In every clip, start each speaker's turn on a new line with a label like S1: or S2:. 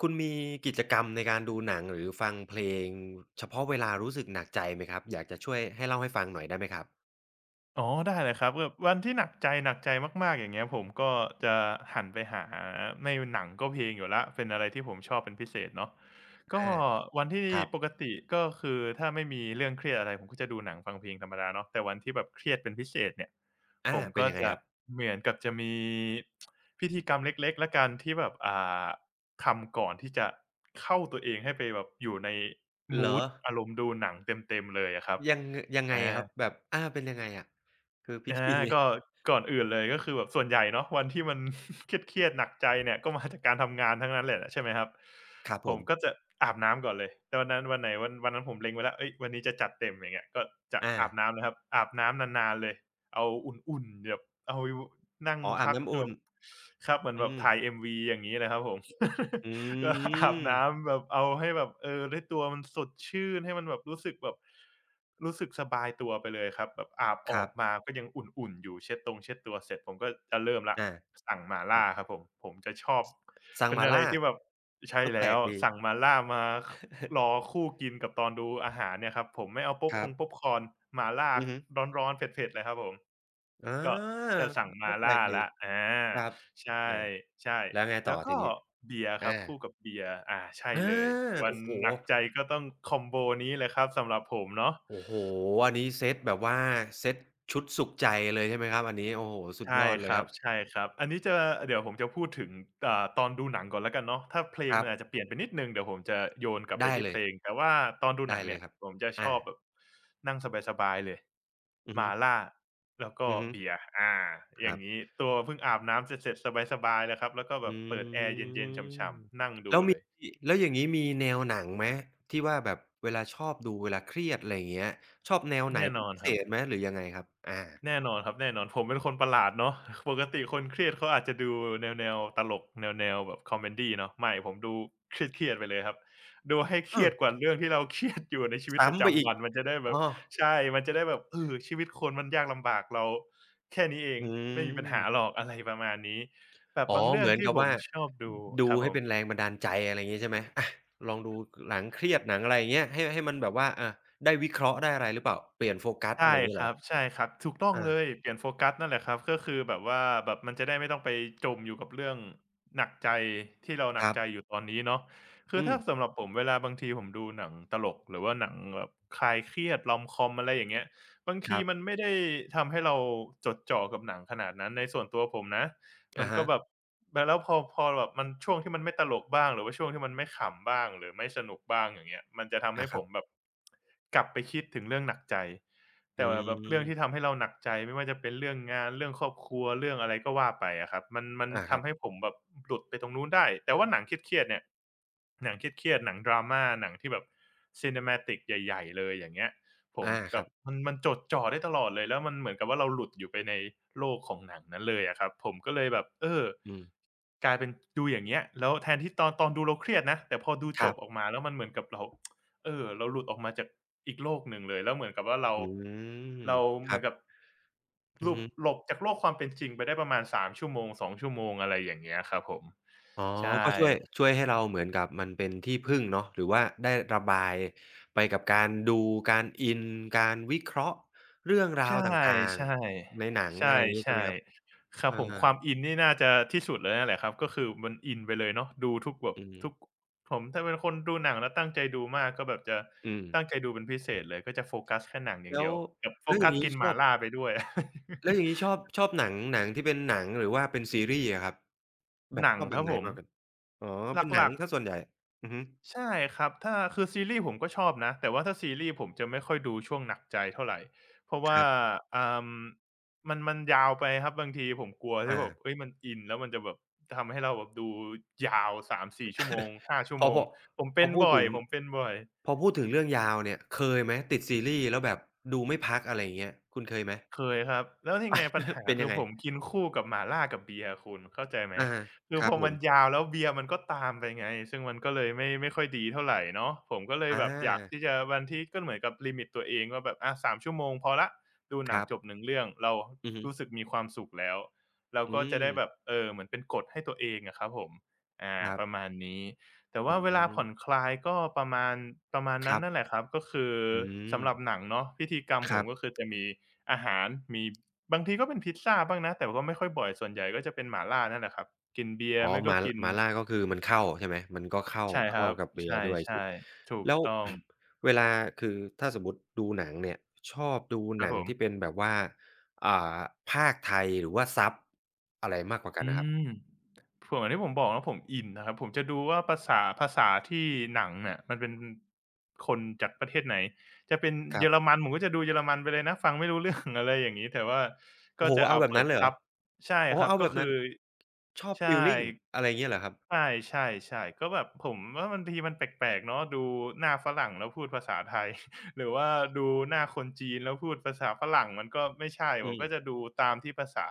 S1: คุณมีกิจกรรมในการดูหนังหรือฟังเพลงเฉพาะเวลารู้สึกหนักใจไหมครับอยากจะช่วยให้เล่าให้ฟังหน่อยได้ไหมครับ
S2: อ๋อได้เลยครับแบบวันที่หนักใจหนักใจมากๆอย่างเงี้ยผมก็จะหันไปหาไม่หนังก็เพลงอยู่แล้วเป็นอะไรที่ผมชอบเป็นพิเศษเนาะก็
S1: อา
S2: วันที่
S1: ครับ
S2: ปกติก็คือถ้าไม่มีเรื่องเครียดอะไรผมก็จะดูหนังฟังเพลงธรรมดาเนาะแต่วันที่แบบเครียดเป็นพิเศษเนี่ยผ
S1: อา
S2: ม
S1: เป็น
S2: ก็
S1: ยังไง
S2: จะ
S1: ครับ
S2: เหมือนกับจะมีพิธีกรรมเล็กๆแล้วกันที่แบบาทำก่อนที่จะเข้าตัวเองให้ไปแบบอยู่ใน
S1: เหร
S2: มู
S1: อ
S2: ดอารมณ์ดูหนังเต็มๆเลยอะครับ
S1: ยังยังไงครับ
S2: อา
S1: แบบอาเป็นยังไงอะคือพิ
S2: อา
S1: ธีเนี้ย
S2: ก็ก่อนอื่นเลยก็คือแบบส่วนใหญ่เนาะวันที่มัน เครียดๆหนักใจเนี่ยก็มาจากการทำงานทั้งนั้นแหละใช่ไหมครับ
S1: ครับ
S2: ผ
S1: ผ
S2: มก็
S1: ม
S2: จะอาบน้ำก่อนเลยแต่วันนั้นวันไหนวันวันนั้นผมเล็งไว้แล้วเฮ้ยวันนี้จะจัดเต็มอย่างเงี้ยก็จะ
S1: อา
S2: อาบน้ำนะครับอาบน้ำนานๆเลย เอาอุ่นๆแบบเอานั่ง
S1: อ๋ออาบ
S2: พัก
S1: น้ำ
S2: แบ
S1: อุ่น
S2: บครับเหมือน
S1: อื
S2: แบบ
S1: ม
S2: ถ่าย MV อย่างงี้เลยครับผม
S1: อื
S2: ก็อาบ
S1: ม
S2: น้ำแบบเอาให้แบบเออได้ตัวมันสดชื่นให้มันแบบรู้สึกแบบรู้สึกสบายตัวไปเลยครับแบบอาบอ
S1: ค
S2: อ
S1: รั
S2: ก
S1: บ
S2: มาก็ยังอุ่นๆอยู่เช็ดตรงเช็ดตัวเสร็จผมก็จะเริ่มแล้ว
S1: อา
S2: สั่งหม่า
S1: ค
S2: ล่า
S1: รับ
S2: ครับผมผมจะชอบเป็นอะไร
S1: Sangmala
S2: ที่แบบใช่
S1: ก็แปล
S2: แล้ว
S1: กดี
S2: สั่งหม่าล่ามา รอ คู่กินกับตอนดูอาหารเนี่ยครับผมไม่เอา
S1: ครั
S2: ป๊อป
S1: บ
S2: คอร์นหม่าล่า
S1: อือฮึ
S2: ร้อนๆเผ็ดๆเลยครับผม
S1: อา
S2: ก็จะสั่งหม่า
S1: ก็แปล
S2: ล่า
S1: กดี
S2: แล้วอา
S1: ครับ
S2: ใ
S1: อา
S2: ช่
S1: แล้วไง
S2: ๆ
S1: ต่
S2: แล้
S1: อ
S2: ว
S1: ที
S2: ก็
S1: นี้
S2: เบียร์ครับ
S1: อา
S2: คู่กับเบียร์อาใช่
S1: อา
S2: เลยวัน
S1: โอ้โฮ
S2: หนักใจก็ต้องคอมโบนี้เลยครับสำหรับผมเนาะ
S1: โอ้โฮอันนี้เซตแบบว่าเซตชุดสุขใจเลยใช่ไหมครับอันนี้โอ้โฮสุดย
S2: ใช่
S1: อดเล
S2: ค
S1: ย
S2: รั
S1: ค
S2: บ
S1: รับ
S2: ใช่ครับอันนี้จะเดี๋ยวผมจะพูดถึงตอนดูหนังก่อนแล้วกันเนาะถ้าเพล
S1: ค
S2: ง
S1: รั
S2: มันอาจ
S1: บ
S2: จะเปลี่ยนไปนิดหนึ่งเดี๋ยวผมจะโยนกลับไป
S1: ได้
S2: ที่
S1: เล
S2: เพ
S1: ย
S2: ลงแต่ว่าตอนดูหนั
S1: ได้
S2: ง
S1: เล
S2: เนี่
S1: ย
S2: ย
S1: ครับ
S2: ผมจะชอบแบ
S1: อา
S2: บนั่งสบายๆเลย
S1: อือ
S2: ห
S1: ฮึ
S2: ม่าล่าแล้วก็
S1: อือฮึ
S2: เบียร์อา
S1: ค
S2: อย่า
S1: รั
S2: ง
S1: บ
S2: งี้ตัวเพิ่งอาบน้ำเสร็จๆสบายๆเลยครับแล้วก็แบ
S1: อื
S2: บเปิดแอร์เย็นๆฉ
S1: ม
S2: ่ำๆนั่ง
S1: แล้
S2: ดู
S1: ว
S2: เล
S1: มี
S2: ย
S1: แล้วอย่างงี้มีแนวหนังไหมที่ว่าแบบเวลาชอบดูเวลาเครียดอะไรอย่างเงี้ยชอบแนวไหน
S2: แน่น
S1: เป็น
S2: อน
S1: พิ
S2: ค
S1: เศ
S2: รับ
S1: ษไหมหรือยังไงครับอา
S2: แน่นอนครับแน่นอนผมเป็นคนประหลาดเนาะ ปกติคนเครียดเขาอาจจะดูแนวๆตลกแนวๆแบบคอเมดีเนาะไม่ผมดูเครียดๆไปเลยครับดูให้เค
S1: เอ
S2: รี
S1: อ
S2: ยดกว่าเรื่องที่เราเครียดอยู่ในชีวิตประ
S1: ซ้ำไป
S2: จำ
S1: อีก
S2: วันมันจะได้แบบ
S1: อ้อ
S2: ใช่มันจะได้แบบเออชีวิตคนมันยากลำบากเราแค่นี้เอง
S1: อื
S2: ไม่มีปัญหาหร
S1: ม
S2: อกอะไรประมาณนี้แบบ
S1: อ๋อ
S2: บางเรื่อ
S1: เห
S2: ง
S1: มือน
S2: ที่
S1: กับ
S2: ผม
S1: ว่า
S2: ชอบดูค
S1: ดู
S2: รับผ
S1: ให้เป็น
S2: ม
S1: แรงบันดาลใจอะไรอย่างงี้ใช่ไหมอาลองดูหนังเครียดหนังอะไรอย่างเงี้ยให้ให้มันแบบว่าอาได้วิเคราะห์ได้อะไรหรือเปล่าเปลี่ยนโฟกัสอะ
S2: ใช่
S1: ไรอย่างงี้
S2: ค
S1: เหร
S2: รั
S1: อ
S2: บใช่ครับถูกต้องเล
S1: อา
S2: ยเปลี่ยนโฟกัสนั่นแหละครับก็คือแบบว่าแบบมันจะได้ไม่ต้องไปจมอยู่กับเรื่องหนักใจที่เราหนั
S1: ค
S2: ก
S1: รับ
S2: ใจอยู่ตอนนี้เนาะคือ
S1: อื
S2: ถ้า
S1: ม
S2: สำหรับผมเวลาบางทีผมดูหนังตลกหรือว่าหนังแบบคลายเครียด Rom-com อะไรอย่างเงี้ยบาง
S1: ค
S2: ที
S1: รั
S2: มัน
S1: บ
S2: ไม่ได้ทำให้เราจดจ่อกับหนังขนาดนั้นในส่วนตัวผมนะมั
S1: อะ
S2: นก็
S1: ฮะ
S2: แบบแล้วพอแบบมันช่วงที่มันไม่ตลกบ้างหรือว่าช่วงที่มันไม่ขำบ้างหรือไม่สนุกบ้างอย่างเงี้ยมันจะทำให้
S1: อาค
S2: ผ
S1: รั
S2: มแบ
S1: บ
S2: บกลับไปคิดถึงเรื่องหนักใจ
S1: อื
S2: แต่แบบเรื่องที่ทำ
S1: ม
S2: ให้เราหนักใจไม่ว่าจะเป็นเรื่องงานเรื่องครอบครัวเรื่องอะไรก็ว่าไปอะครับมัน
S1: อาครับ
S2: ทำให้ผมแบบหลุดไปตรงนู้นได้แต่ว่าหนังเครียดๆเนี่ยหนังเครียดๆหนังดราม่าหนังที่แบบ cinematic ใหญ่ๆเลยอย่างเงี้ยผม
S1: อา
S2: แบ
S1: ครั
S2: บ
S1: บ
S2: มันจดจ่อได้ตลอดเลยแล้วมันเหมือนกับว่าเราหลุดอยู่ไปในโลกของหนังนั้นเลยอะครับผมก็เลยแบบเออ
S1: อืม
S2: กลายเป็นดูอย่างเงี้ยแล้วแทนที่ตอนดูเราเครียดนะแต่พอดู
S1: ค
S2: จ
S1: รั
S2: บออก
S1: บ
S2: มาแล้วมันเหมือนกับเรา เออเราหลุดออกมาจากอีกโลกหนึ่งเลยแล้วเหมือนกับว่าเรา
S1: อืม
S2: เรา
S1: ค
S2: เหมื
S1: รั
S2: อ
S1: บ
S2: นกับ
S1: อื
S2: หลุบ
S1: ม
S2: หลบจากโลกความเป็นจริงไปได้ประมาณ3ชั่วโมง2ชั่วโมงอะไรอย่างเงี้ยครับผม
S1: อ๋อ
S2: ใช่
S1: ก็ช่วยช่วยให้เราเหมือนกับมันเป็นที่พึ่งเนาะหรือว่าได้ระบายไปกับการดูการอินการวิเคราะห์เรื่องราว
S2: ใช่
S1: ต่าง
S2: ใช่
S1: ๆในหนัง
S2: ใช่
S1: อะไรอย่างงี้
S2: ใช่
S1: ใช่ไหมครับ
S2: ครับ
S1: อา
S2: ผมความอินนี่น่าจะที่สุดเลยนั่นแหละครับก็คือมันอินไปเลยเนาะดูทุกแบบ
S1: อืม
S2: ทุกผมถ้าเป็นคนดูหนังแล้วตั้งใจดูมากก็แบบจะ
S1: อืม
S2: ตั้งใจดูเป็นพิเศษเลยก็จะโฟกัสแค่หนังอย่าง
S1: แล้
S2: เดี
S1: ว
S2: ยวแบบโฟ
S1: แล้วอ
S2: กั
S1: ย่า
S2: ส
S1: งงี้
S2: กินห
S1: ช
S2: ม่า
S1: อบ
S2: ล่าไปด้วย
S1: แล้วอย่างงี้ชอบชอบหนังหนังที่เป็นหนังหรือว่าเป็นซีรีส์อะครับแบ บ
S2: หนั
S1: ช
S2: ง
S1: อบแบ
S2: ครั
S1: บ
S2: บ
S1: ไหน
S2: ผม
S1: มากกว่ากันอ๋อ
S2: ห
S1: เป็นหนัง
S2: ลักๆ
S1: เสียส่วนใหญ่อือฮึ
S2: ใช่ครับ ถ้าคือซีรีส์ผมก็ชอบนะ แต่ว่าถ้าซีรีส์ผมจะไม่ค่อยดูช่วงหนักใจเท่าไรเพราะ
S1: ค
S2: ว่า
S1: รับ
S2: อ่ามันยาวไปครับบางทีผมกลัวที่แบบเฮ้
S1: อา
S2: ยมันอินแล้วมันจะแบบทำให้เราแบบดูยาว3-4ชั่วโมง5ชั่ว
S1: พอ
S2: โม
S1: พ
S2: ง
S1: อ
S2: ผม
S1: พ
S2: เป็
S1: อ
S2: น
S1: พูด
S2: บ่อ
S1: ถึ
S2: ย
S1: ง
S2: ผมเป็นบ่อย
S1: พอพูดถึงเรื่องยาวเนี่ยเคยไหมติดซีรีส์แล้วแบบดูไม่พักอะไรอย่างเงี้ยคุณเคยไหม
S2: เคยครับแล้วนี่ไงปัญ หา
S1: เป็น
S2: คื
S1: ยั
S2: อ
S1: งไง
S2: ผมกินคู่กับหม่าล่ากับเบียร์คุณเข้าใจไหม
S1: อา
S2: คือ
S1: ค
S2: พ
S1: รับ
S2: อ
S1: ผ
S2: มั
S1: ม
S2: นยาวแล้วเบียร์มันก็ตามไปไงซึ่งมันก็เลยไม่ค่อยดีเท่าไรเนาะผมก็เลย
S1: อา
S2: แบบอยากที่จะวันที่ก็เหมือนกับลิมิตตัวเองว่าแบบอะสา3ชั่วโมงพอแล้วดูห
S1: ค
S2: นัง
S1: รับ
S2: จบหนึ่งเรื่องเรา
S1: อือฮึ
S2: รู้สึกมีความสุขแล้วเรา
S1: อื
S2: ก็จะ
S1: ม
S2: ได้แบบเออเหมือนเป็นกฎให้ตัวเองอะครับผมอา
S1: ครั
S2: ประ
S1: บ
S2: มาณนี้แต่
S1: อื
S2: ว่าเวลาผ่
S1: ม
S2: อนคลายก็ประมาณประมาณ
S1: ค
S2: นั้น
S1: รั
S2: นั่นแห
S1: บ
S2: ละครับก็คือ
S1: อื
S2: สำหรับห
S1: ม
S2: นังเนาะพิธีกรรม
S1: ค
S2: ผม
S1: รั
S2: ก็
S1: บ
S2: คือจะมี อาหารมีบางทีก็เป็นพิซซาบ้างนะแต่ก็ไม่ค่อยบ่อยส่วนใหญ่ก็จะเป็นหม่าล่านั่นแหละครับกินเบีย
S1: อ๋
S2: ร์
S1: อ
S2: ไม่
S1: ห
S2: ก็
S1: ม่า
S2: กิน
S1: หม่าล่าก็คือมันเข้าใช่ไหมมันก็เข้า
S2: ใช่ค
S1: เข้า
S2: รับ
S1: กับ
S2: ใ
S1: เบียร์ด้วยช
S2: ช่ๆถูก
S1: แล้ว
S2: ต้อง
S1: เวลาคือถ้าสมมุติดูหนังเนี่ยชอบดู
S2: ค
S1: ห
S2: รับ
S1: นั
S2: ผ
S1: ง
S2: ม
S1: ที่เป็นแบบว่าอ่าพากย์ไทยหรือว่าซับอะไรมากกว่ากั
S2: อื
S1: นอะครั
S2: ม
S1: บ
S2: ผเหมือนที่ผมบอกนะผมอินนะครับผมจะดูว่าภาษาภาษาที่หนังเนี่ยมันเป็นคนจากประเทศไหนจะเป็น
S1: ค
S2: เย
S1: รั
S2: อร
S1: บ
S2: มันผมก็จะดูเยอรมันไปเลยนะฟังไม่รู้เรื่องอะไรอย่างงี้แต่ว่าก็
S1: โอ้โฮ
S2: จะ
S1: เอา
S2: เอา
S1: แบบ
S2: เปิ
S1: นั้
S2: ด
S1: นเลยเหร
S2: ซั
S1: อ
S2: บใช่
S1: อ๋อ
S2: ครับ
S1: เอา
S2: ก็
S1: แบบ
S2: คือ
S1: นั้นชอบ
S2: ใช่
S1: ฟีลลิงอะไรอย่างเงี้ยเหรอครับ
S2: ใช่ๆๆก็แบบผมว่าบางทีมันแปลกๆเนาะดูหน้าฝรั่งแล้วพูดภาษาไทย หรือว่าดูหน้าคนจีนแล้วพูดภาษาฝรั่งมันก็ไม่ใช่ผ
S1: อื
S2: ม
S1: ม
S2: ก็จะดูตามที่ภาษา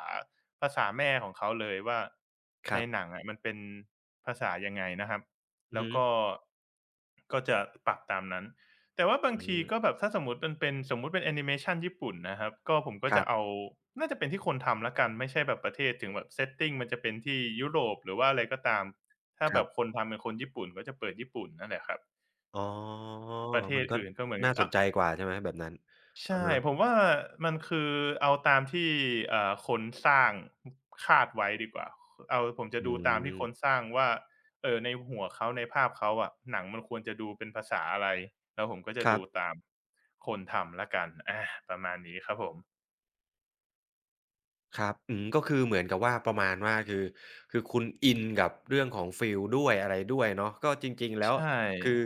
S2: ภาษาแม่ของเขาเลยว่า
S1: ค
S2: ใน
S1: รับ
S2: หนังอะมันเป็นภาษายังไงนะครับ
S1: อือ
S2: แล้ว
S1: ฮึ
S2: ก็ก็จะปรับตามนั้นแต่ว่าบาง
S1: อื
S2: ที
S1: ม
S2: ก็แบบถ้าสมมุติมันเป็นสมมุติเป็นแอนิเมชันญี่ปุ่นนะครับก็ผมก็
S1: ค
S2: จะเอา
S1: ร
S2: น่าจะเป็นที่คนทำแล้วกันไม่ใช่แบบประเทศถึงแบบ setting มันจะเป็นที่ยุโรปหรือว่าอะไรก็ตามถ้าแบ
S1: ับ
S2: บคนทำเป็นคนญี่ปุ่นก็จะเปิดญี่ปุ่นนั่นแหละครับ
S1: ๆอ๋อ
S2: ประเท
S1: มั
S2: ศ
S1: นก็
S2: อื่นก็เหมือน
S1: น่า
S2: อ
S1: ส
S2: อ
S1: นใจกว่าใช่ไหมแบบนั้นอะ
S2: ใช่ผ
S1: ฮะ
S2: มว่ามันคือเอาตามที่คนสร้างคาดไว้ดีกว่าเอาผมจะ
S1: อื
S2: ดูตามที่คนส
S1: ม
S2: ร้างว่าในหัวเขาในภาพเขาอะหนังมันควรจะดูเป็นภาษาอะไรแล้วผมก็จะ
S1: ครั
S2: ดู
S1: บ
S2: ตามคนทำแล้วกันอาประมาณนี้ครับผม
S1: ครับอืมก็คือเหมือนกับว่าประมาณว่าคือคือคุณอินกับเรื่องของฟีลด้วยอะไรด้วยเนาะก็จริงๆแล้
S2: ใช
S1: วคื
S2: ่
S1: อ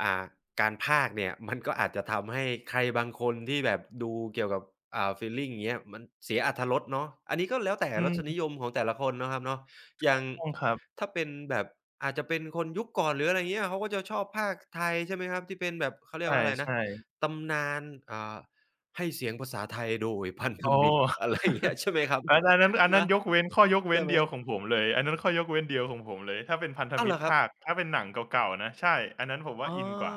S1: อ่าการพากย์เนี่ย มันก็อาจจะทำให้ใครบางคนที่แบบดูเกี่ยวกับฟีลลิงอย่างเงี้ยมันเสียอรรถรสเนาะอันนี้ก็แล้วแต่
S2: อื
S1: ร
S2: ม
S1: สนิย
S2: ถ
S1: มของแต่ละคนเนาะครับเนาะ
S2: ู
S1: อย่าง
S2: กต้องครับ
S1: ถ้าเป็นแบบอาจจะเป็นคนยุคก่อนหรืออะไรเงี้ยเขาก็จะชอบพากย์ไทยใช่ไหมครับที่เป็นแบบเขา
S2: ใ
S1: เรียกว่าอะไรนะ
S2: ช่ๆ
S1: ตำนานอ่า ให้เสียงภาษาไทยโดยพันธ
S2: อ๋อ
S1: มิตร อะไรอย่างเงี้ยใช่ไหมครับ
S2: อันอันนั้นอันนั้
S1: นะ
S2: นยกเว้นข้อยกเว้
S1: ใช่
S2: น
S1: ไหม
S2: เดียวของผมเลยอันนั้นข้อยกเว้นเดียวของผมเลยถ้าเป็นพันธ
S1: อ้าว
S2: มิ
S1: เหร
S2: ต
S1: อ
S2: ร
S1: ครับ
S2: ภาคถ้าเป็นหนังเก่าๆนะใช่อันนั้นผมว่า
S1: อ๋อ
S2: อินกว่า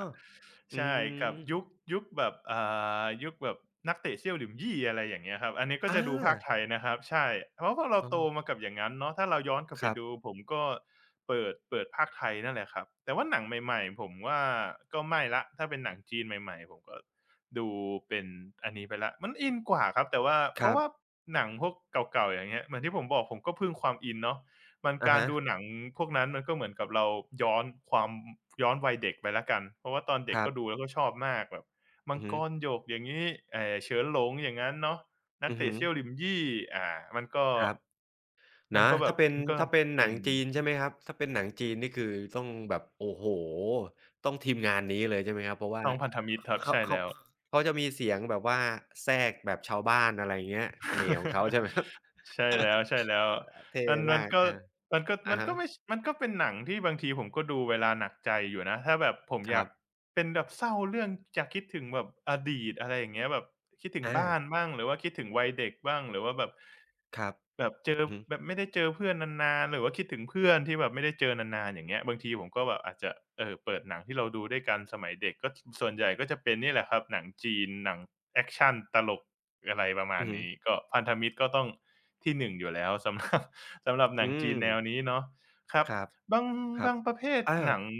S1: อื
S2: ใช่กับยุค
S1: ม
S2: ยุคแบบอ่ายุคแบบนักเตะเซี่ยวหลิมยี่อะไรอย่างเงี้ยครับอันนี้ก็จะ
S1: อา
S2: ดูภาคไทยนะครับใช่เพราะพวกเรา
S1: อ๋อ
S2: โตมากับอย่างงั้นเนาะถ้าเราย้อนกลับ
S1: ค
S2: ไป
S1: รับ
S2: ดูผมก็เปิดภาคไทยนั่นแหละครับแต่ว่าหนังใหม่ๆผมว่าก็ไม่แล้วถ้าเป็นหนังจีนใหม่ๆผมก็ ดูเป็นอันนี้ไปแล้วมันอินกว่าครับแต่ว่าเพ
S1: ครั
S2: ราะว่า
S1: บ
S2: หนังพวกเก่าๆอย่างเงี้ยเหมือนที่ผมบอกผมก็พึ่งความอินเนาะมัน
S1: อะ
S2: การ
S1: ฮะ
S2: ดูหนังพวกนั้นมันก็เหมือนกับเราย้อนความย้อนวัยเด็กไปแล้วกันเพราะว่าตอนเด็
S1: ค
S2: ก
S1: รั
S2: ก็
S1: บ
S2: ดูแล้วก็ชอบมากแบบมั
S1: อื
S2: ง
S1: อ
S2: ก
S1: ฮึ
S2: รหยกอย่างงี้เฉินหลงอย่างงั้นเนาะนัก
S1: อือ
S2: เตะ
S1: ฮึ
S2: เซี่ยวหลิมยี่อ่ามันก็
S1: ครับ
S2: มั
S1: นะ
S2: นก็แบบ
S1: ถ้าเป็น
S2: มันก็
S1: ถ้าเป็นหนั
S2: อิ
S1: ง
S2: น
S1: จีนใช่ไหมครับถ้าเป็นหนังจีนนี่คือต้องแบบโอ้โฮต้องทีมงานนี้เลยใช่ไหมครับเพราะว่า
S2: ช่องพันธมิตรครับ
S1: เขา
S2: ใช่
S1: เขา
S2: แล้ว
S1: เขาจะมีเสียงแบบว่าแทรกแบบชาวบ้านอะไรอย่างเงี้ยเสน่ห์ของเขาใช่ไหมครั บ
S2: ใช่แล้วใช่แล้ว
S1: เท่
S2: มันมั
S1: มา
S2: น
S1: ก
S2: ก็
S1: อา
S2: มันก็
S1: อะ
S2: มันก็ไม่
S1: ฮะ
S2: ชมันก็เป็นหนังที่บางทีผมก็ดูเวลาหนักใจอยู่นะถ้าแบบผม
S1: ค
S2: อยา
S1: รั
S2: ก
S1: บ
S2: เป็นแบบเศร้าเรื่องอยากคิดถึงแบบอดีตอะไรอย่างเงี้ยแบบคิดถึง
S1: อา
S2: บ้านบ้างหรือว่าคิดถึงวัยเด็กบ้างหรือว่าแบบ
S1: ครับ
S2: แบบเจอ
S1: อือฮึ
S2: แบบไม่ได้เจอเพื่อนนานๆหรือว่าคิดถึงเพื่อนที่แบบไม่ได้เจอนานๆอย่างเงี้ยบางทีผมก็แบบอาจจะเปิดหนังที่เราดูด้วยกันสมัยเด็กก็ส่วนใหญ่ก็จะเป็นนี่แหละครับหนังจีนหนังแอกชันตลกอะไรประมา
S1: อื
S2: ณ
S1: อฮึ
S2: นี้ก็พันธมิตรก็ต้องที่1อยู่แล้วสำหรับ สำหรับหนั
S1: อื
S2: งจี
S1: ม
S2: นแนวนี้เนาะครับ
S1: ครับ
S2: บาง
S1: ครับ
S2: บางประเภทหนัง
S1: อา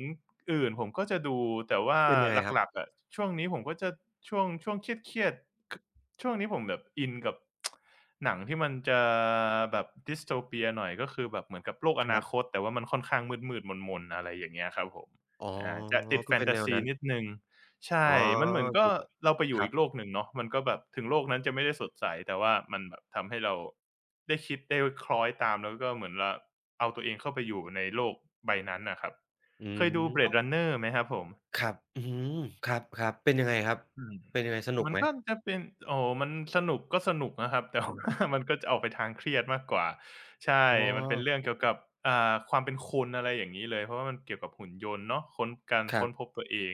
S2: อื่นผมก็จะดูแต่ว่า
S1: เป็นยังไงครั
S2: ห
S1: บ
S2: ลักๆอะช่วงนี้ผมก็จะช่วงช่วงเครียดๆคช่วงนี้ผมแบบอินกับหนังที่มันจะแบบ Dystopia หน่อยก็คือแบบเหมือนกับโลกอ
S1: ค
S2: นา
S1: รั
S2: ค
S1: บ
S2: ตแต่ว่ามันค่อนข้างมืดๆมนๆอะไรอย่างเงี้ยครับผม
S1: อ๋อ
S2: จะติดแฟ
S1: ก็
S2: น
S1: เป็น
S2: ตา
S1: แนว
S2: ซี
S1: นั้น
S2: นิดหนึ่ง
S1: อ๋
S2: ใช่
S1: อ
S2: มันเหมือนก็
S1: ติดล
S2: เราไปอ
S1: ค
S2: ยู่
S1: รั
S2: อี
S1: บ
S2: กโลกหนึ่งเนาะมันก็แบบถึงโลกนั้นจะไม่ได้สดใสแต่ว่ามันแบบทำให้เราได้คิดได้คล้อยตามแล้วก็เหมือนว่าเอาตัวเองเข้าไปอยู่ในโลกใบนั้นน่ะครับ
S1: อื
S2: เค
S1: ม
S2: ยดู
S1: ก็
S2: Blade Runner ไหมครับผม
S1: ครับอื้อฮือครับๆเป็นยังไงครับ
S2: อืม
S1: เป็นยังไงสนุก
S2: มัน
S1: ไหม
S2: ก็จะเป็นโอ้โฮมันสนุกก็สนุกนะครับ แต่ว่ามันก็จะออกไปทางเครียดมากกว่าใช่
S1: อ๋อ
S2: มันเป็นเรื่องเกี่ยวกับความเป็นคนอะไรอย่างงี้เลยเพราะว่ามันเกี่ยวกับหุ่นยนต์เนาะค้นการ
S1: ครั
S2: ค้นพบ
S1: บ
S2: ตัวเอง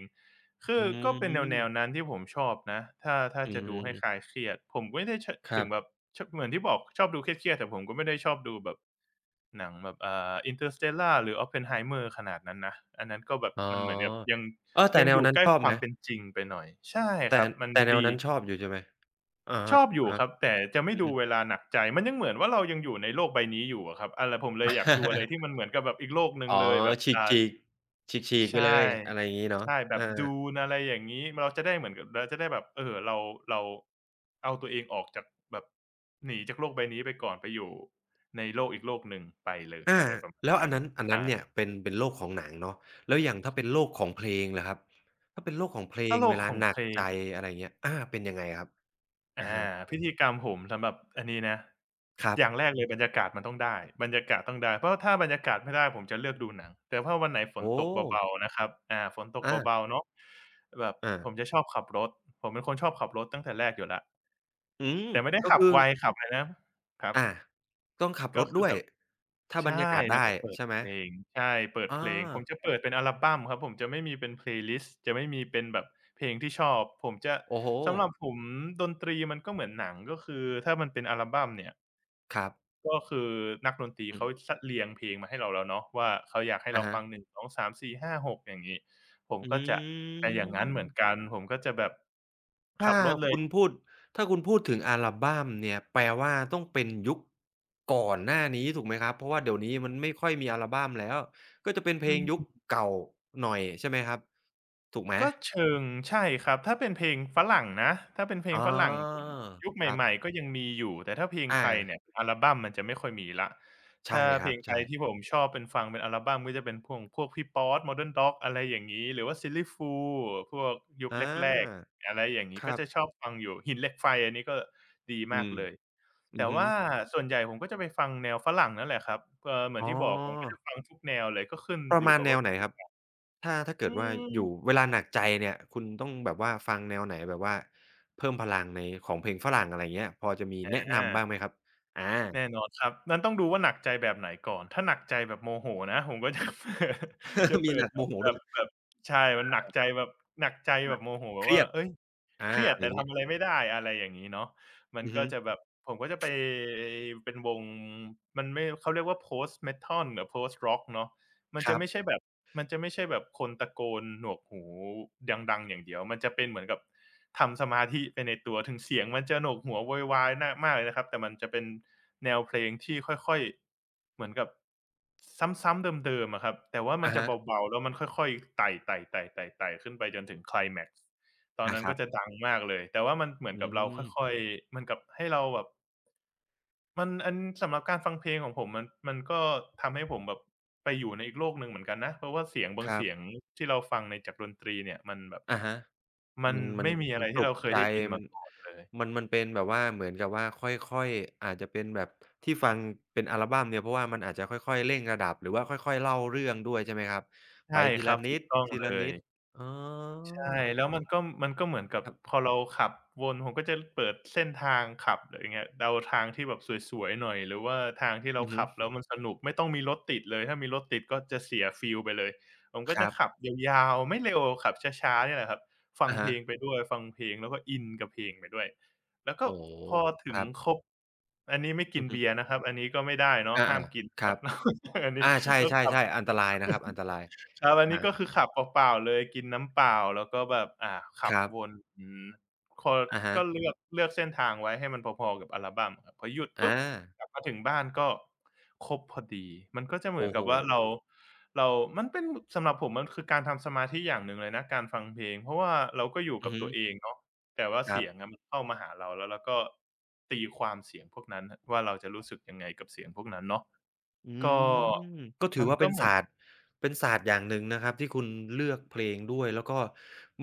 S2: คื
S1: อื
S2: อก็เป็นแน
S1: ม
S2: วๆนั้นที่ผมชอบนะถ้า
S1: อื
S2: จะดูให้คลา
S1: ม
S2: ยเครียดผมไม่ได้ช
S1: ค
S2: ถึ
S1: รั
S2: ง
S1: บ
S2: แบบชเหมือนที่บอกชอบดูเครียดๆแต่ผมก็ไม่ได้ชอบดูแบบหนังแบบInterstellar หรือ Oppenheimer ขนาดนั้นนะอันนั้นก็แบบ
S1: อ๋
S2: มันเหมือนกับ
S1: อ
S2: ยัง
S1: เออแต่
S2: ยัง
S1: แน
S2: อ
S1: ว
S2: ยู่
S1: นั้น
S2: ใกล้
S1: ชอบ
S2: ความ
S1: นะ
S2: เป็นจริงไปหน่อยใช่
S1: แต่
S2: ครับมัน
S1: แต่แนว
S2: ดี
S1: นั้นชอบอยู่ใช่ไหมอะ
S2: ช
S1: ฮะ
S2: อบอ
S1: อะ
S2: ยู่
S1: ฮะ
S2: ครับแต่จะไม่
S1: อื
S2: ดู
S1: ม
S2: เวลาหนักใจมันยังเหมือนว่าเรายังอยู่ในโลกใบนี้อยู่อะครับอะไรผมเลยอยากดูอะไรที่ มันเหมือนกับแบบอีกโลกหนึ่ง
S1: อ๋อ
S2: เลยแบบ
S1: ฉ
S2: อ่า
S1: ีกๆฉีกๆไป
S2: ใช่
S1: เลยอะไรอย่างงี้เนาะ
S2: ใช่แบ
S1: เอ
S2: บ
S1: อ
S2: Dune อะไรอย่างงี้เราจะได้เหมือนกับเราจะได้แบบเราเอาตัวเองออกจากแบบหนีจากโลกใบนี้ไปก่อนไปอยู่ในโลกอีกโลกหนึ่งไปเลย
S1: อา
S2: อะไรประมาณ
S1: แล้วอั
S2: นั้
S1: น
S2: น
S1: นั้นอันนั้น
S2: ใช่
S1: เนี่ยเป็นเป็นโลกของหนังเนาะแล้วอย่างถ้าเป็นโลกของเพลงล่ะครับถ้าเป็นโลกของเพล
S2: ถ้า
S1: ง
S2: โล
S1: เว
S2: ก
S1: ลา
S2: ของ
S1: หนั
S2: เพ
S1: ก
S2: ล
S1: ใจ
S2: ง
S1: อะไรเงี้ยอาเป็นยังไงครับ
S2: อา
S1: อะฮะ
S2: พิธีกรรมผมสำหรับอันนี้นะ
S1: ครั
S2: อย่าง
S1: บ
S2: แรกเลยบรรยากาศมันต้องได้บรรยากาศต้องได้เพราะถ้าบรรยากาศไม่ได้ผมจะเลือกดูหนังแต่ถ้าวันไหนฝน
S1: โอ้
S2: ตกเบาๆนะครับฝนตก
S1: อา
S2: เบาๆเนาะแบบ
S1: อา
S2: ผมจะชอบขับรถผมเป็นคนชอบขับรถตั้งแต่แรกอยู่แล้ว
S1: อืม
S2: แต่ไม่ได้
S1: ก็
S2: ขับ
S1: คือ
S2: ไวขับอะไรนะครับ
S1: อ่าต้องขับ
S2: ก็
S1: รถ
S2: คือ
S1: ด้ว
S2: แบ
S1: ย
S2: บ
S1: ถ้าบร
S2: ใช่
S1: รยากาศ
S2: แล้ว
S1: ได้
S2: ก็เปิด
S1: ใช่ไหม
S2: เพลงใช่เปิดเพ
S1: อา
S2: ลงผมจะเปิดเป็นอัลบัมครับผมจะไม่มีเป็น playlist จะไม่มีเป็นแบบเพลงที่ชอบผมจะ
S1: โอ้โฮ
S2: สำหรับผมดนตรีมันก็เหมือนหนังก็คือถ้ามันเป็นอัลบัมเนี่ย
S1: ครับ
S2: ก็คือนักดนตรี
S1: อื
S2: เขา
S1: ม
S2: จะเรียงเพลงมาให้เราแล้วเนาะว่าเขาอยากให้
S1: อะ
S2: เราฟัง
S1: ฮะ
S2: 1 2 3 4 5 6องสามสี่ห้าหกอย่างงี้ผม
S1: อ
S2: ก็จะ
S1: ื
S2: แต่อย่างงั้นเหมือน
S1: ม
S2: กันผมก็จะแบบขั
S1: ถ้า
S2: บรถเลย
S1: คุณพูดถ้าคุณพูดถึงอัลบัมเนี่ยแปลว่าต้องเป็นยุคก่อนหน้านี้ถูกไหมครับเพราะว่าเดี๋ยวนี้มันไม่ค่อยมีอัลบัมแล้วก็จะเป็นเพ
S2: อื
S1: ลงยุ
S2: ม
S1: คเก่าหน่อยใช่ไหมครับถูกไหม
S2: ก็เชิงใช่ครับถ้าเป็นเพลงฝรั่งนะถ้าเป็นเพล
S1: อ๋
S2: ง
S1: อ
S2: ฝรั่งผมยุค
S1: ครั
S2: ใหม่
S1: บ
S2: ๆก็ยังมีอยู่แต่ถ้าเพลงไท
S1: อา
S2: ยเนี่ยอัลบัมมันจะไม่ค่อยมีแล้ว
S1: ใช่
S2: ถ้า
S1: ค
S2: เพ
S1: รั
S2: ล
S1: บ
S2: งไท
S1: ใช่
S2: ยที่ผมชอบเป็นฟังเป็นอัลบัมก็จะเป็นพวงพวกพี่ป๊อด Modern Dog อะไรอย่างงี้หรือว่า Silly f o o l พวกยุค
S1: อ
S2: แรก
S1: า
S2: ๆอะไรอย่างงี้
S1: ค
S2: ก็
S1: รับ
S2: จะชอบฟังอยู่หินเหล็กไฟอันนี้ก็ดี
S1: อื
S2: มาก
S1: ม
S2: เลย
S1: อือ
S2: แต่
S1: ฮึ
S2: ว่าส่วนใหญ่ผมก็จะไปฟังแนวฝรั่งนั่นแหละครับเหมือ
S1: อ๋
S2: น
S1: อ
S2: ที่บอกผมก็จะฟังทุกแนวเลยก็ขึ้น
S1: ป
S2: อ
S1: ระ
S2: ยู่
S1: มาณ
S2: กับ
S1: แน
S2: ว่า
S1: วไหนครับ ถ้าถ้าเกิ
S2: อื
S1: ดว่าอยู่
S2: ม
S1: เวลาหนักใจเนี่ยคุณต้องแบบว่าฟังแนวไหนแบบว่าเพิ่มพลังในของเพลงฝรั่งอะไรเงี้ยพอจะมี
S2: อ
S1: แนะ
S2: า
S1: นำบ้างไหมครับอา
S2: แน่นอนครับนั้นต้องดูว่าหนักใจแบบไหนก่อน ถ้าหนักใจแบบโมโหนะผมก็จะ จะ
S1: มี
S2: เปิ
S1: ห
S2: ด
S1: นัก
S2: แบ
S1: โม
S2: บ
S1: โห
S2: แบ
S1: ด้ว
S2: บ
S1: ย
S2: แบบใช่มันหนักใจแบบหนักใจ
S1: ห
S2: แบ
S1: นั
S2: บ
S1: ก
S2: โมโหแบ
S1: เค
S2: บ
S1: รี
S2: ว่า
S1: ยด
S2: เฮ้ยเค
S1: อา
S2: รียด
S1: อะไร
S2: แต่
S1: งี้
S2: ทำอะไรไม่ได้อะไรอย่างงี้เนาะมัน
S1: อือ
S2: ก็
S1: ฮึ
S2: จะแบบผมก็จะไปเป็นวงมันไม่เขาเรียกว่า Post metal หรือ Post rock เนาะ มัน
S1: ค
S2: จะ
S1: รั
S2: ไม่
S1: บ
S2: ใช่แบบมันจะไม่ใช่แบบคนตะโกนหนวกหูดังๆอย่างเดียวมันจะเป็นเหมือนกับทำสมาธิไปในตัวถึงเสียงมันจะโหนวกหัวโวยวายน่ะมากเลยนะครับแต่มันจะเป็นแนวเพลงที่ค่อยๆเหมือนกับซ้ำๆเดิมๆอะครับแต่ว่ามัน
S1: อะ
S2: จะเ
S1: ฮะ
S2: บาๆแล้วมันค่อยๆไต่ๆๆๆๆขึ้นไปจนถึงไคลแม็กซ์ตอน
S1: อา
S2: นั้น
S1: ครั
S2: ก็
S1: บ
S2: จะดังมากเลยแต่ว่ามันเหมือน
S1: อื
S2: กับเรา
S1: ม
S2: ค่อยๆเหมือนกับให้เราแบบ มันอันสำหรับการฟังเพลงของผมมันก็ทำให้ผมแบบไปอยู่ในอีกโลกหนึ่งเหมือนกันนะเพราะว่าเสียงบา
S1: ค
S2: ง
S1: รับ
S2: เสียงที่เราฟังในจากดนตรีเนี่ยมันแบบ
S1: อะฮะ
S2: มัน
S1: มันมัน
S2: ไม่มีอะ
S1: มั
S2: ไร
S1: นป
S2: ที่
S1: ลุก
S2: เราเคย
S1: ใจ
S2: ได้ยิน
S1: มั
S2: มา
S1: น
S2: ก่อนเลย
S1: มันมันเป็นแบบว่าเหมือนกับว่าค่อยๆอาจจะเป็นแบบที่ฟังเป็นอัลบัมเนี่ยเพราะว่ามันอาจจะค่อยๆเร่งระดับหรือว่าค่อยๆเล่าเรื่องด้วยใช่ไหมครับไป
S2: ใช่
S1: ที
S2: ครั
S1: ละ
S2: บ
S1: นิ
S2: ถู
S1: ด
S2: กต้อง
S1: ที
S2: เล
S1: ละนิ
S2: ย
S1: ดอ๋อ
S2: ใช่แล้วมันก็มันก็เหมือนกับ
S1: ครั
S2: พ
S1: บ
S2: อเราขับวนผมก็จะเปิดเส้นทางขับไรเงี้ยเดาทางที่แบบสวยๆหน่อยหรือว่าทางที่เรา
S1: อือฮึ
S2: ขับแล้วมันสนุกไม่ต้องมีรถติดเลยถ้ามีรถติดก็จะเสียฟีลไปเลยผมก็
S1: ค
S2: จะ
S1: รั
S2: ขับ
S1: บ
S2: ยาวๆไม่เร็วขับช้าๆเนี่ยแหละครับฟัง
S1: อะ
S2: เพ
S1: ฮะ
S2: ลงไปด้วยฟังเพลงแล้วก็อินกับเพลงไปด้วยแล้วก็
S1: โอ้โฮ
S2: พอถึ
S1: ค
S2: ง
S1: รับ
S2: ครบอันนี้ไม่กิ
S1: อื
S2: น
S1: อฮึ
S2: เบียร์นะครับอันนี้ก็ไม่ได้เนาะ
S1: อา
S2: ห้ามกิน
S1: ๆค
S2: ครั
S1: รั
S2: บ
S1: บ
S2: อันนี้
S1: อาใช
S2: ก็ขับ
S1: ่ๆๆอันตรายนะครับอันตราย
S2: ครับอันนี้ก็
S1: อา
S2: คือขับเปล่าๆเลยกินน้ำเปล่าแล้วก็แบบขั
S1: ค
S2: บ
S1: รับ
S2: วนอืมคอ
S1: อะฮะ
S2: ก็เลือกเส้นทางไว้ให้มันพอๆกับอัลบัมครับพอหยุดปุ๊
S1: อา
S2: บกลับมาถึงบ้านก็ครบพอดีมันก็จะเหมือ
S1: โอ้
S2: น
S1: โฮ
S2: กับว่าเราเรามันเป็นสำหรับผมมันคือการทำสมาธิอย่างหนึ่งเลยนะการฟังเพลงเพราะว่าเราก็อยู่
S1: อือ
S2: กับ
S1: ฮึ
S2: ตัวเองเนาะแต่ว่า
S1: ครั
S2: เสียง
S1: บ
S2: อะมันเข้ามาหาเราแล้วเราก็ตีความเสียงพวกนั้นครับว่าเราจะรู้สึกยังไงกับเสียงพวกนั้นเนาะ
S1: อื
S2: ก็
S1: มก็ถือ
S2: มัน
S1: ว่า
S2: ก็
S1: เป็น
S2: เหมือ
S1: ศา
S2: น
S1: สตร์เป็นศาสตร์อย่างหนึ่งนะครับที่คุณเลือกเพลงด้วยแล้วก็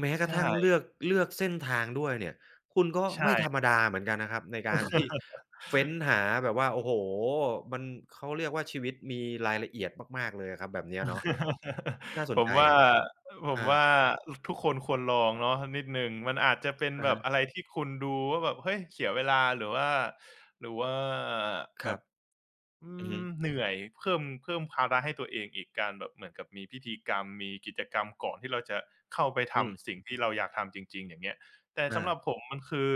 S1: แม้กระ
S2: ใช่
S1: ทั่งเลือกเลือกเส้นทางด้วยเนี่ยคุณก็ไม่ธรรม
S2: ใช่
S1: ดาเหมือนกันนะครับในการที่ เฟ้นหาแบบว่าโอ้โฮมันเขาเรียกว่าชีวิตมีรายละเอียดมากๆเลยอะครับแบบเนี้ยเนาะ น่าส
S2: ผ
S1: น
S2: ม
S1: ใจ
S2: ว่า
S1: ครับ
S2: ผม
S1: อา
S2: ว่าทุกคนควรลองเนาะนิดหนึ่งมันอาจจะเป็น
S1: อะ
S2: แบบ
S1: ฮะ
S2: อะไรที่คุณดูว่าแบบเฮ้ยเสียเวลาหรือว่าหรือว่า
S1: ค
S2: แบ
S1: รั
S2: บ
S1: บ
S2: อื
S1: อือฮึ
S2: มเหนื่อยเพิ่มภาระให้ตัวเองอีกการแบบเหมือนกับมีพิธีกรรมมีกิจกรรมก่อนที่เราจะเข้าไป
S1: อืม
S2: ทำสิ่งที่เราอยากทำจริงๆอย่างเงี้ย แต่
S1: อา
S2: สำหรับผมมันคือ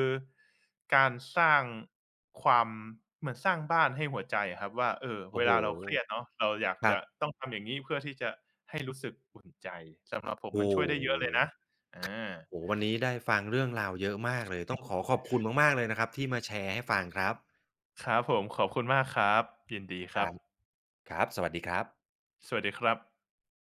S2: การสร้างความเหมือนสร้างบ้านให้หัวใจอะครับว่าเออเว
S1: โอ้โฮ
S2: ลาเราเครียดเนาะเราอยาก
S1: ครั
S2: จะ
S1: บ
S2: ต้องทำอย่างงี้เพื่อที่จะให้รู้สึกอุ่นใจสำหรับผม
S1: โอ้
S2: มันช่วยได้เยอะเลยนะ
S1: โฮ
S2: อา
S1: โอ้โฮวันนี้ได้ฟังเรื่องราวเยอะมากเลยต้องขอขอบคุณมากๆเลยนะครับที่มาแชร์ให้ฟังครับ
S2: ครับผมขอบคุณมากครับยินดีค
S1: ค
S2: รับ
S1: รับ ครับ สวัสดีครับ
S2: สวัสดีครับ